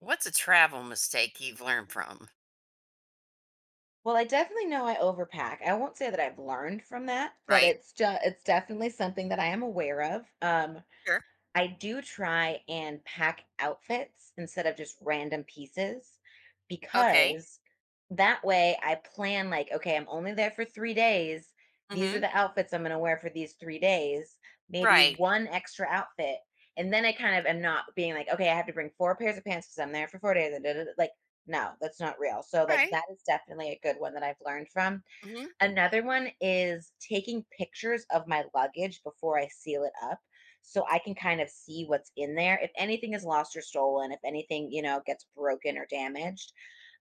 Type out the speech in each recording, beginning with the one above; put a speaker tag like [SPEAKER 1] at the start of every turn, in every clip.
[SPEAKER 1] What's a travel mistake you've learned from?
[SPEAKER 2] Well, I definitely know I overpack. I won't say that I've learned from that, but
[SPEAKER 1] Right?
[SPEAKER 2] it's definitely something that I am aware of. Um,
[SPEAKER 1] Sure.
[SPEAKER 2] I do try and pack outfits instead of just random pieces
[SPEAKER 1] Okay.
[SPEAKER 2] because that way I plan, like, okay, I'm only there for 3 days. These are
[SPEAKER 1] Mm-hmm.
[SPEAKER 2] the outfits I'm going to wear for these 3 days, maybe
[SPEAKER 1] Right.
[SPEAKER 2] one extra outfit. And then I kind of am not being like, okay, I have to bring 4 pairs of pants because I'm there for 4 days. And da, da, da, like, no, that's not real. So,
[SPEAKER 1] All
[SPEAKER 2] like,
[SPEAKER 1] right.
[SPEAKER 2] that is definitely a good one that I've learned from.
[SPEAKER 1] Mm-hmm.
[SPEAKER 2] Another one is taking pictures of my luggage before I seal it up so I can kind of see what's in there. If anything is lost or stolen, if anything, gets broken or damaged,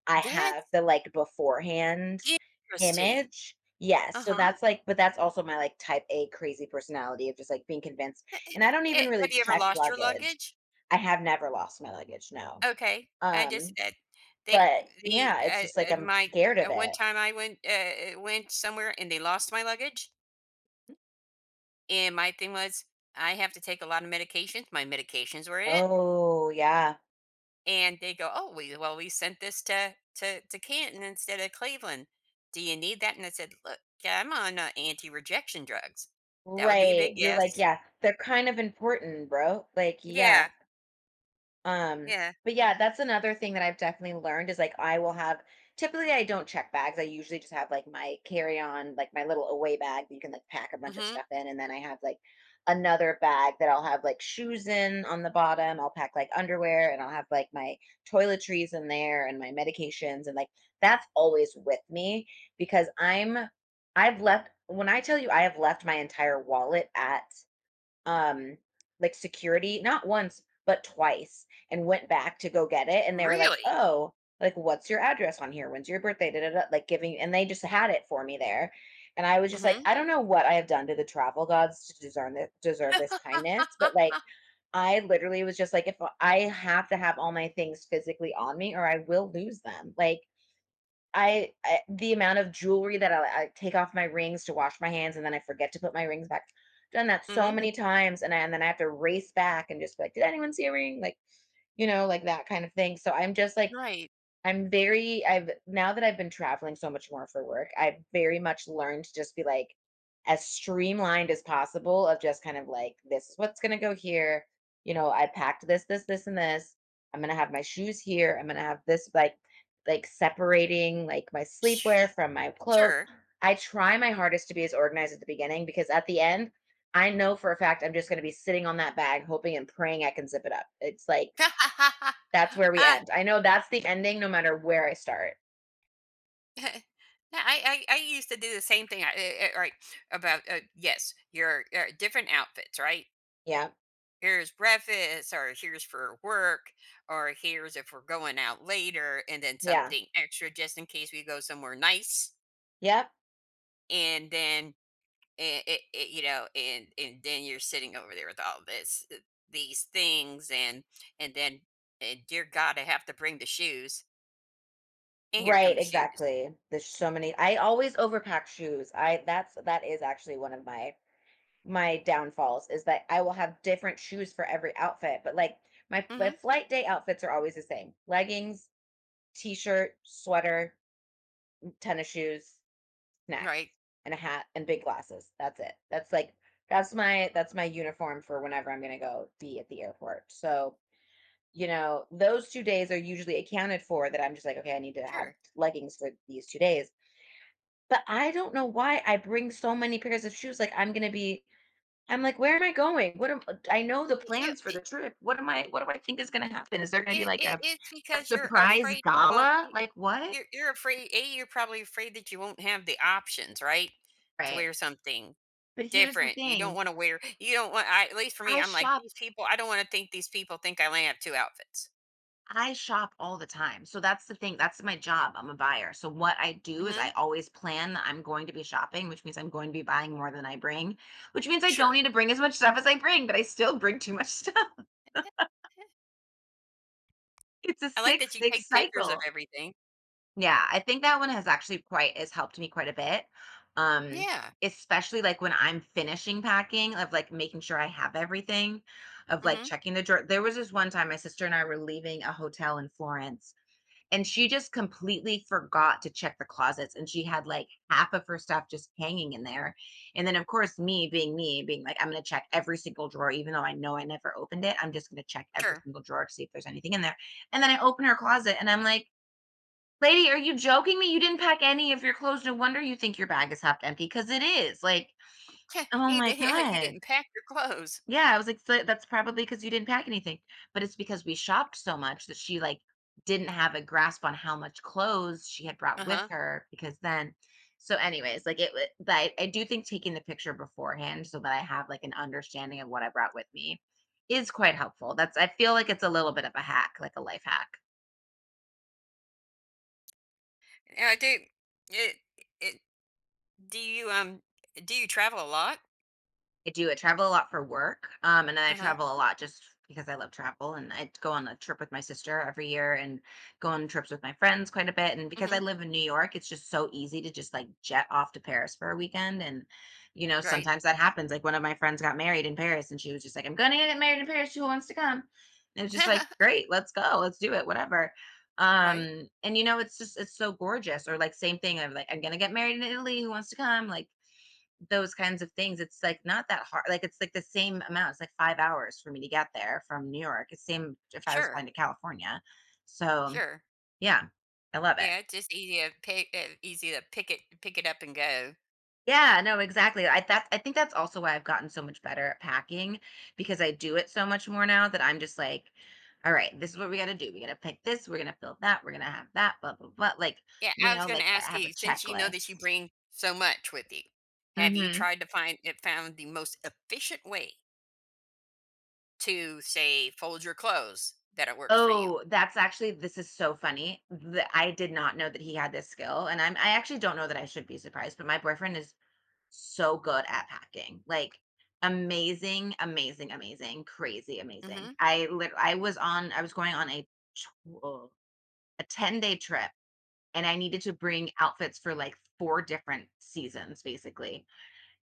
[SPEAKER 2] I have
[SPEAKER 1] That's
[SPEAKER 2] the like beforehand
[SPEAKER 1] interesting.
[SPEAKER 2] image. Yes. So
[SPEAKER 1] Uh-huh.
[SPEAKER 2] that's like, but that's also my like type A crazy personality of just like being convinced.
[SPEAKER 1] Eh,
[SPEAKER 2] And I don't even really
[SPEAKER 1] Have you ever
[SPEAKER 2] check
[SPEAKER 1] lost your
[SPEAKER 2] luggage.
[SPEAKER 1] luggage?
[SPEAKER 2] I have never lost my luggage. No.
[SPEAKER 1] Okay. I just
[SPEAKER 2] Um,
[SPEAKER 1] they
[SPEAKER 2] but
[SPEAKER 1] the
[SPEAKER 2] yeah, it's just like I'm
[SPEAKER 1] my
[SPEAKER 2] scared of
[SPEAKER 1] at one
[SPEAKER 2] it.
[SPEAKER 1] time I went went somewhere and they lost my luggage, and my thing was I have to take a lot of medications. My medications were it.
[SPEAKER 2] Oh, yeah.
[SPEAKER 1] And they go, "Oh, we well, we sent this to Canton instead of Cleveland. Do you need that?" And I said, "Look, yeah, I'm on anti-rejection drugs. That would be a
[SPEAKER 2] Right,
[SPEAKER 1] big
[SPEAKER 2] you're like,
[SPEAKER 1] yes."
[SPEAKER 2] "Yeah, they're kind of important, bro." Like, yeah,
[SPEAKER 1] Yeah,
[SPEAKER 2] um,
[SPEAKER 1] yeah.
[SPEAKER 2] but yeah, that's another thing that I've definitely learned is like I will have typically I don't check bags. I usually just have like my carry-on, like my little away bag that you can like pack a bunch of
[SPEAKER 1] Mm-hmm.
[SPEAKER 2] stuff in, and then I have like another bag that I'll have like shoes in on the bottom. I'll pack like underwear and I'll have like my toiletries in there and my medications and like that's always with me because I've left when I tell you I have left my entire wallet at um, like security, not once, but twice, and went back to go get it. And they were like,
[SPEAKER 1] Really?
[SPEAKER 2] oh, like, what's your address on here? When's your birthday? Da, da, da, like, giving, and they just had it for me there. And I was just like,
[SPEAKER 1] Mm-hmm.
[SPEAKER 2] I don't know what I have done to the travel gods to deserve this kindness, but like, I literally was just like, if I have to have all my things physically on me, or I will lose them. Like, I the amount of jewelry that I take off my rings to wash my hands, and then I forget to put my rings back. Done that so
[SPEAKER 1] Mm-hmm.
[SPEAKER 2] many times, and then I have to race back and just be like, "Did anyone see a ring?" Like, like that kind of thing. So I'm just like
[SPEAKER 1] Right.
[SPEAKER 2] I'm very I've now that I've been traveling so much more for work, I've very much learned to just be like as streamlined as possible of just kind of like this is what's gonna go here. You know, I packed this, this, this, and this. I'm gonna have my shoes here. I'm gonna have this like separating like my
[SPEAKER 1] Sh-
[SPEAKER 2] sleepwear from my clothes.
[SPEAKER 1] sure.
[SPEAKER 2] I try my hardest to be as organized at the beginning because at the end, I know for a fact I'm just gonna be sitting on that bag hoping and praying I can zip it up. It's like that's where we
[SPEAKER 1] Ah,
[SPEAKER 2] end. I know that's the ending no matter where I start.
[SPEAKER 1] I, I used to do the same thing. Right about yes, your different outfits, right?
[SPEAKER 2] Yeah.
[SPEAKER 1] Here's breakfast or here's for work, or here's if we're going out later, and then
[SPEAKER 2] Yeah.
[SPEAKER 1] something extra just in case we go somewhere nice.
[SPEAKER 2] Yep.
[SPEAKER 1] And then and then you're sitting over there with all this these things. And then and dear god, I have to bring the shoes, and here come
[SPEAKER 2] Right,
[SPEAKER 1] the shoes.
[SPEAKER 2] exactly. There's so many I always overpack shoes. I that's that is actually one of my downfalls is that I will have different shoes for every outfit, but like my
[SPEAKER 1] Hmm.
[SPEAKER 2] flight day outfits are always the same. Leggings, t-shirt, sweater, tennis shoes, snacks,
[SPEAKER 1] Right.
[SPEAKER 2] and a hat and big glasses. That's it. That's like that's my uniform for whenever I'm going to go be at the airport. So, you know, those two days are usually accounted for that I'm just like, "Okay, I need to have
[SPEAKER 1] Sure.
[SPEAKER 2] leggings for these two days." But I don't know why I bring so many pairs of shoes, like, I'm gonna be I'm like, "Where am I going? What am?" I know the
[SPEAKER 1] Y- you,
[SPEAKER 2] plans for
[SPEAKER 1] it,
[SPEAKER 2] the trip. What am I what do I think is gonna happen? Is there gonna be,
[SPEAKER 1] it,
[SPEAKER 2] like,
[SPEAKER 1] it-
[SPEAKER 2] a
[SPEAKER 1] It's
[SPEAKER 2] a
[SPEAKER 1] because you're
[SPEAKER 2] surprise
[SPEAKER 1] afraid you won't.
[SPEAKER 2] gala? Like, what?
[SPEAKER 1] You're afraid. A, you're probably afraid that you won't have the options, right? To
[SPEAKER 2] Right.
[SPEAKER 1] wear something
[SPEAKER 2] But here's the
[SPEAKER 1] different. You don't
[SPEAKER 2] thing,
[SPEAKER 1] want to wear, you don't want I, at least for me,
[SPEAKER 2] I
[SPEAKER 1] I'm like,
[SPEAKER 2] shop
[SPEAKER 1] these people, I don't want to think these people think I only have two outfits.
[SPEAKER 2] I shop all the time. So that's the thing. That's my job. I'm a buyer. So what I do is I
[SPEAKER 1] Hmm.
[SPEAKER 2] always plan that I'm going to be shopping, which means I'm going to be buying more than I bring, which means I don't
[SPEAKER 1] Sure.
[SPEAKER 2] need to bring as much stuff as I bring, but I still bring too much stuff. It's a
[SPEAKER 1] I like that
[SPEAKER 2] six,
[SPEAKER 1] you
[SPEAKER 2] six
[SPEAKER 1] take pictures of
[SPEAKER 2] cycle.
[SPEAKER 1] everything.
[SPEAKER 2] Yeah, I think that one has actually quite has helped me quite a bit. Um,
[SPEAKER 1] Yeah.
[SPEAKER 2] especially like when I'm finishing packing, of like making sure I have everything, of like
[SPEAKER 1] Hmm.
[SPEAKER 2] checking the drawer. There was this one time my sister and I were leaving a hotel in Florence and she just completely forgot to check the closets and she had like half of her stuff just hanging in there and then of course me being like I'm going to check every single drawer even though I know I never opened it. I'm just going to check every
[SPEAKER 1] Sure.
[SPEAKER 2] single drawer to see if there's anything in there and then I open her closet and I'm like, lady, are you joking me? You didn't pack any of your clothes. No wonder you think your bag is half empty, because it is. Like, oh my
[SPEAKER 1] Yeah, you
[SPEAKER 2] god,
[SPEAKER 1] didn't pack your clothes.
[SPEAKER 2] yeah, I was like, "So that's probably because you didn't pack anything." But it's because we shopped so much that she, like, didn't have a grasp on how much clothes she had brought with
[SPEAKER 1] Uh-huh.
[SPEAKER 2] her, because then so anyways, like, it wa but I do think taking the picture beforehand so that I have, like, an understanding of what I brought with me is quite helpful. That's I feel like it's a little bit of a hack, like a life hack.
[SPEAKER 1] Yeah, I do. It, it, do you um do you travel a lot?
[SPEAKER 2] I do. I travel a lot for work, and then I
[SPEAKER 1] Uh-huh.
[SPEAKER 2] travel a lot just because I love travel, and I go on a trip with my sister every year, and go on trips with my friends quite a bit. And because I
[SPEAKER 1] Hmm.
[SPEAKER 2] live in New York, it's just so easy to just like jet off to Paris for a weekend. And you know,
[SPEAKER 1] Right.
[SPEAKER 2] sometimes that happens. Like one of my friends got married in Paris, and she was just like, "I'm going to get married in Paris. Who wants to come?" And it was just like, "Great, let's go. Let's do it. Whatever."
[SPEAKER 1] Right.
[SPEAKER 2] And you know, it's so gorgeous. Or like same thing. I'm like, "I'm going to get married in Italy. Who wants to come?" Like those kinds of things, it's like not that hard. Like it's like the same amount. It's like 5 hours for me to get there from New York. It's same if I was flying
[SPEAKER 1] Sure.
[SPEAKER 2] to California. So
[SPEAKER 1] Sure.
[SPEAKER 2] yeah, I love it.
[SPEAKER 1] Yeah, it's just easy to pick easy to pick it up and go.
[SPEAKER 2] Yeah, no, exactly. I think that's also why I've gotten so much better at packing because I do it so much more now that I'm just like, all right, this is what we got to do. We got to pick this, we're going to fill that, we're going to have that, blah blah blah. Like,
[SPEAKER 1] Yeah,
[SPEAKER 2] you
[SPEAKER 1] I was
[SPEAKER 2] know,
[SPEAKER 1] gonna
[SPEAKER 2] like I
[SPEAKER 1] ask
[SPEAKER 2] have a
[SPEAKER 1] you, since you know that you
[SPEAKER 2] checklist.
[SPEAKER 1] bring so much with you, have you
[SPEAKER 2] Hmm.
[SPEAKER 1] tried to find it found the most efficient way to, say, fold your clothes that it works for you?
[SPEAKER 2] Oh, that's actually this is so funny. The I did not know that he had this skill, and I actually don't know that I should be surprised, but my boyfriend is so good at packing. Like crazy
[SPEAKER 1] Hmm.
[SPEAKER 2] amazing. I was going on a tw- uh, a 10-day trip and I needed to bring outfits for like 4 different seasons basically.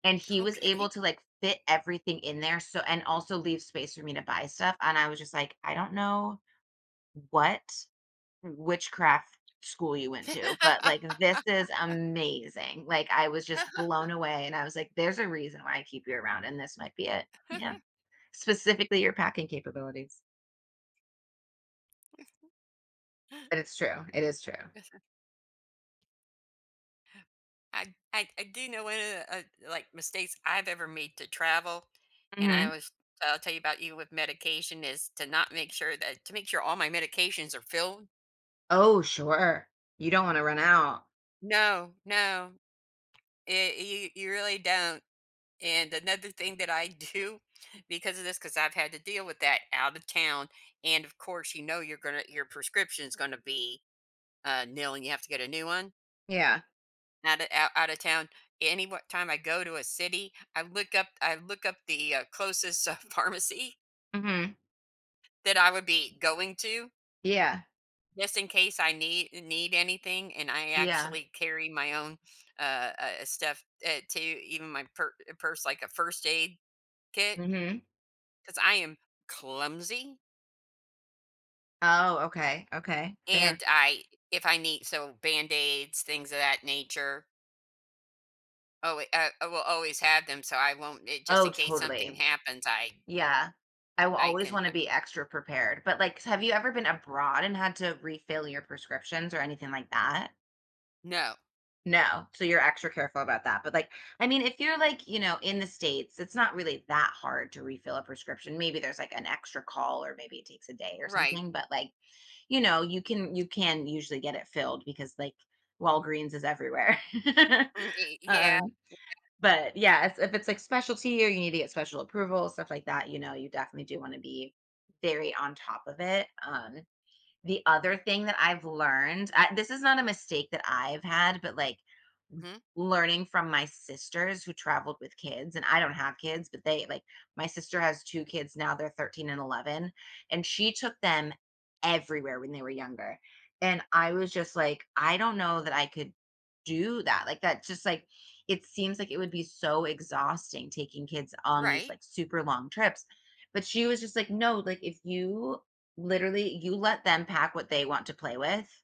[SPEAKER 2] And he was able
[SPEAKER 1] Okay.
[SPEAKER 2] to like fit everything in there so and also leave space for me to buy stuff and I was just like, I don't know what witchcraft school you went to, but, like, this is amazing. Like, I was just blown away, and I was like, "There's a reason why I keep you around, and this might be it." Yeah. Specifically your packing capabilities. But it's true. It is true.
[SPEAKER 1] I do know one of the like mistakes I've ever made to travel, and
[SPEAKER 2] Mhm.
[SPEAKER 1] I'll tell you about you with medication is to not make sure that to make sure all my medications are filled.
[SPEAKER 2] Oh, sure. You don't wanna run out.
[SPEAKER 1] No, no. It, you really don't. And another thing that I do because of this, because I've had to deal with that out of town, and of course, you know, you're gonna your prescription's gonna be nil, and you have to get a new one
[SPEAKER 2] Yeah.
[SPEAKER 1] out of out of town. Any what time I go to a city, I look up the closest pharmacy
[SPEAKER 2] Mhm.
[SPEAKER 1] that I would be going to,
[SPEAKER 2] Yeah.
[SPEAKER 1] just in case I need anything. And I
[SPEAKER 2] Yeah.
[SPEAKER 1] actually carry my own stuff to even my purse, like a first aid kit,
[SPEAKER 2] Mhm.
[SPEAKER 1] because I am clumsy.
[SPEAKER 2] Oh, okay, okay. Fair.
[SPEAKER 1] And I, if I need, so band aids, things of that nature, oh, I will always have them. So I won't, it, just
[SPEAKER 2] Oh,
[SPEAKER 1] in case something
[SPEAKER 2] totally.
[SPEAKER 1] happens,
[SPEAKER 2] Yeah. I will
[SPEAKER 1] I
[SPEAKER 2] always
[SPEAKER 1] can,
[SPEAKER 2] wanna be extra prepared, but, like, have you ever been abroad and had to refill your prescriptions or anything like that?
[SPEAKER 1] no,
[SPEAKER 2] No, so you're extra careful about that, but, like, I mean, if you're, like, you know, in the States, it's not really that hard to refill a prescription. Maybe there's, like, an extra call or maybe it takes a day or
[SPEAKER 1] right.
[SPEAKER 2] something, but, like, you know, you can usually get it filled because, like, Walgreens is everywhere.
[SPEAKER 1] Mm, y- yeah.
[SPEAKER 2] Um but, yeah, it's if it's, like, specialty, or you need to get special approval, stuff like that. You know, you definitely do wanna be very on top of it. The other thing that I've learned, I this is not a mistake that I've had, but, like,
[SPEAKER 1] Mhm.
[SPEAKER 2] learning from my sisters who traveled with kids. And I don't have kids, my sister has two kids now, they're 13 and 11, and she took them everywhere when they were younger. And I was just like, "I don't know that I could do that." Like, that's just, like, it seems like it would be so exhausting taking kids on these,
[SPEAKER 1] Right.
[SPEAKER 2] like, super long trips. But she was just like, "No, like, if you literally, you let them pack what they want to play with,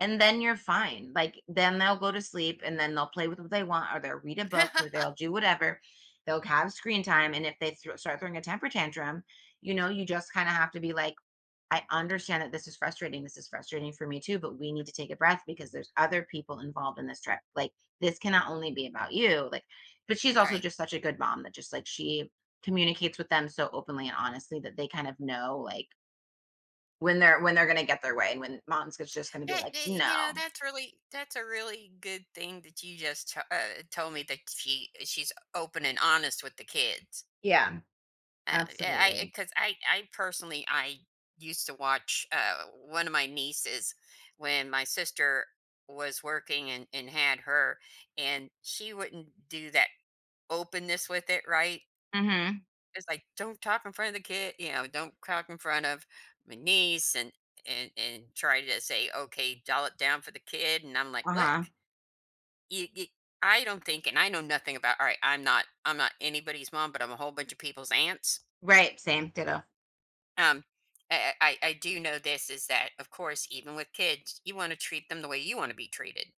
[SPEAKER 2] and then you're fine. Like, then they'll go to sleep and then they'll play with what they want, or they'll read a book, or they'll do whatever. They'll have screen time. And if they thro start throwing a temper tantrum, you know, you just kind of have to be like, I understand that this is frustrating. This is frustrating for me too, but we need to take a breath because there's other people involved in this trip. Like, this cannot only be about you." Like, but she's also
[SPEAKER 1] Right.
[SPEAKER 2] just such a good mom that, just like, she communicates with them so openly and honestly that they kind of know, like, when they're gonna get their way and when mom's is just gonna be like,
[SPEAKER 1] You know,
[SPEAKER 2] "No."
[SPEAKER 1] that's really, that's a really good thing that you just told me, that she, she's open and honest with the kids.
[SPEAKER 2] Yeah. Mm.
[SPEAKER 1] Yeah, I,
[SPEAKER 2] Absolutely.
[SPEAKER 1] because I personally I used to watch one of my nieces when my sister was working and had her, and she wouldn't do that openness with it, right?
[SPEAKER 2] Mhm.
[SPEAKER 1] It's like don't talk in front of the kid, you know, don't talk in front of my niece, and try to say okay, dial it down for the kid, and I'm like, look,
[SPEAKER 2] Uh-huh.
[SPEAKER 1] you I don't think, and I know nothing about. All right, I'm not anybody's mom, but I'm a whole bunch of people's aunts.
[SPEAKER 2] Right, same, ditto.
[SPEAKER 1] Um, I do know this is that, of course, even with kids, you want to treat them the way you want to be treated.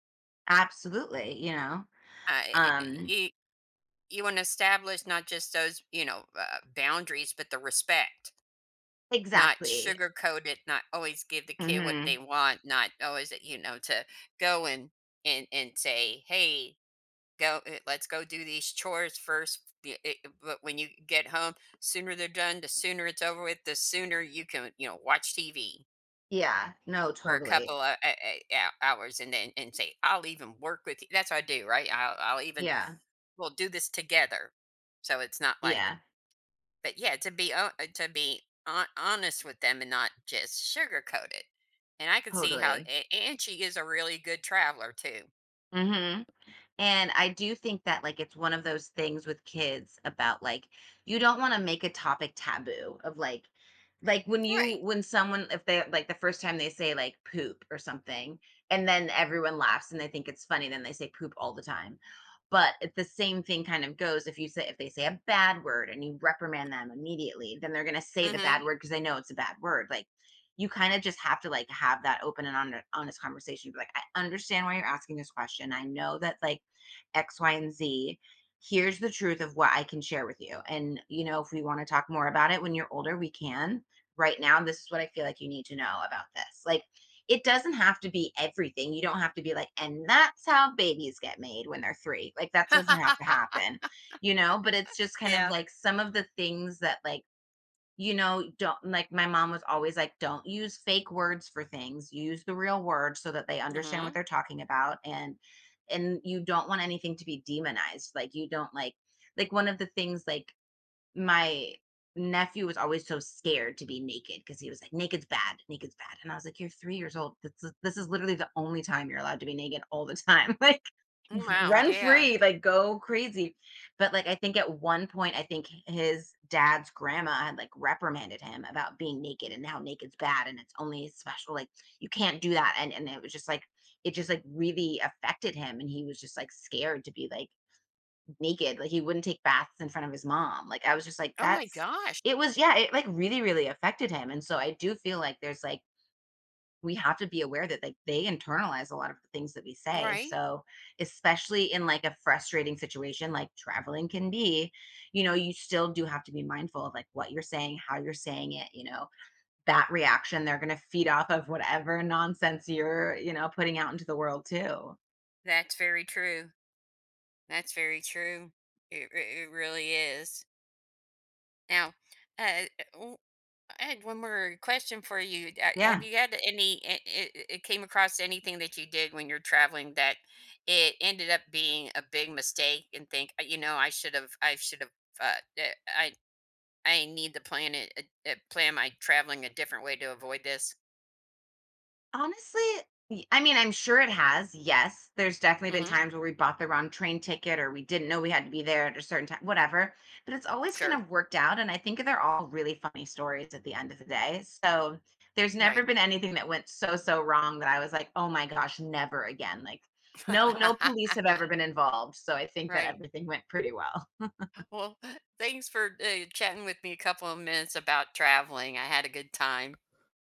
[SPEAKER 2] Absolutely, you know?
[SPEAKER 1] Uh, eh, eh,
[SPEAKER 2] Um,
[SPEAKER 1] you you want to establish not just those, you know, boundaries, but the respect. Not
[SPEAKER 2] exactly.
[SPEAKER 1] sugarcoat it. Not always give the kid what they
[SPEAKER 2] Mhm.
[SPEAKER 1] want. Not always, eh, you know, to go and and say, hey, go, let's go do these chores first. But when you get home, sooner they're done, the sooner it's over with. The sooner you can, you know, watch TV
[SPEAKER 2] Yeah. No,
[SPEAKER 1] for a
[SPEAKER 2] totally.
[SPEAKER 1] couple of yeah, hours, and then and say, "I'll even work with you." That's what I do, right? I'll even
[SPEAKER 2] Yeah.
[SPEAKER 1] "We'll do this together." So it's not like
[SPEAKER 2] Yeah.
[SPEAKER 1] but yeah, to be honest with them, and not just sugarcoat it. And I could see how
[SPEAKER 2] Totally.
[SPEAKER 1] a and she is a really good traveler too.
[SPEAKER 2] Mhm. And I do think that, like, it's one of those things with kids about, like, you don't want to make a topic taboo of, like when you
[SPEAKER 1] Right.
[SPEAKER 2] when someone, if they, like, the first time they say, like, poop or something, and then everyone laughs and they think it's funny, then they say poop all the time. But it- the same thing kind of goes, if you say if they say a bad word and you reprimand them immediately, then they're going to say the bad
[SPEAKER 1] Mhm.
[SPEAKER 2] word because they know it's a bad word. Like, you kind of just have to, like, have that open and honest conversation. Be like, I understand why you're asking this question. I know that, like, X, Y, and Z. Here's the truth of what I can share with you. And, you know, if we want to talk more about it when you're older, we can. Right now, this is what I feel like you need to know about this. Like, it doesn't have to be everything. You don't have to be like, "And that's how babies get made," when they're 3. Like, that doesn't have to happen, you know? But it's just kind of
[SPEAKER 1] Yeah.
[SPEAKER 2] like some of the things that, like, you know, don't, like, my mom was always like, "Don't use fake words for things. Use the real words so that they understand what
[SPEAKER 1] Mhm.
[SPEAKER 2] they're talking about." And you don't want anything to be demonized. Like, you don't like one of the things, like, my nephew was always so scared to be naked because he was like, "Naked's bad, naked's bad," and I was like, "You're 3 years old, this is literally the only time you're allowed to be naked all the time." Like,
[SPEAKER 1] Wow,
[SPEAKER 2] run
[SPEAKER 1] yeah.
[SPEAKER 2] free, like, go crazy. But, like, I think at one point, I think his dad's grandma had, like, reprimanded him about being naked and how naked's bad and it's only special. Like, you can't do that. And it was just like, it just like really affected him, and he was just like scared to be, like, naked. Like, he wouldn't take baths in front of his mom. Like, I was just like,
[SPEAKER 1] Oh my
[SPEAKER 2] that's,
[SPEAKER 1] gosh,
[SPEAKER 2] it was, yeah, it, like, really, really affected him. And so I do feel like there's like, we have to be aware that, like, they internalize a lot of the things that we say.
[SPEAKER 1] right?
[SPEAKER 2] So, especially in, like, a frustrating situation like traveling can be, you know, you still do have to be mindful of, like, what you're saying, how you're saying it, you know, that reaction. They're going to feed off of whatever nonsense you're, you know, putting out into the world too.
[SPEAKER 1] That's very true. That's very true. It r it really is. Now, uh, I had one more question for you. Have
[SPEAKER 2] Yeah.
[SPEAKER 1] you had any? It came across anything that you did when you're traveling that it ended up being a big mistake, and think, you know, I should have uh, uh, I I need to plan it plan my traveling a different way to avoid this.
[SPEAKER 2] Honestly, y I mean, I'm sure it has, yes. There's definitely been
[SPEAKER 1] Hmm.
[SPEAKER 2] times where we bought the wrong train ticket or we didn't know we had to be there at a certain time, whatever, but it's always kind
[SPEAKER 1] Sure.
[SPEAKER 2] of worked out, and I think they're all really funny stories at the end of the day. So there's never
[SPEAKER 1] Right.
[SPEAKER 2] been anything that went so, so wrong that I was like, "Oh my gosh, never again." Like, no police have ever been involved, so I think that
[SPEAKER 1] Right.
[SPEAKER 2] everything went pretty well.
[SPEAKER 1] Well, thanks for chatting with me a couple of minutes about traveling. I had a good time.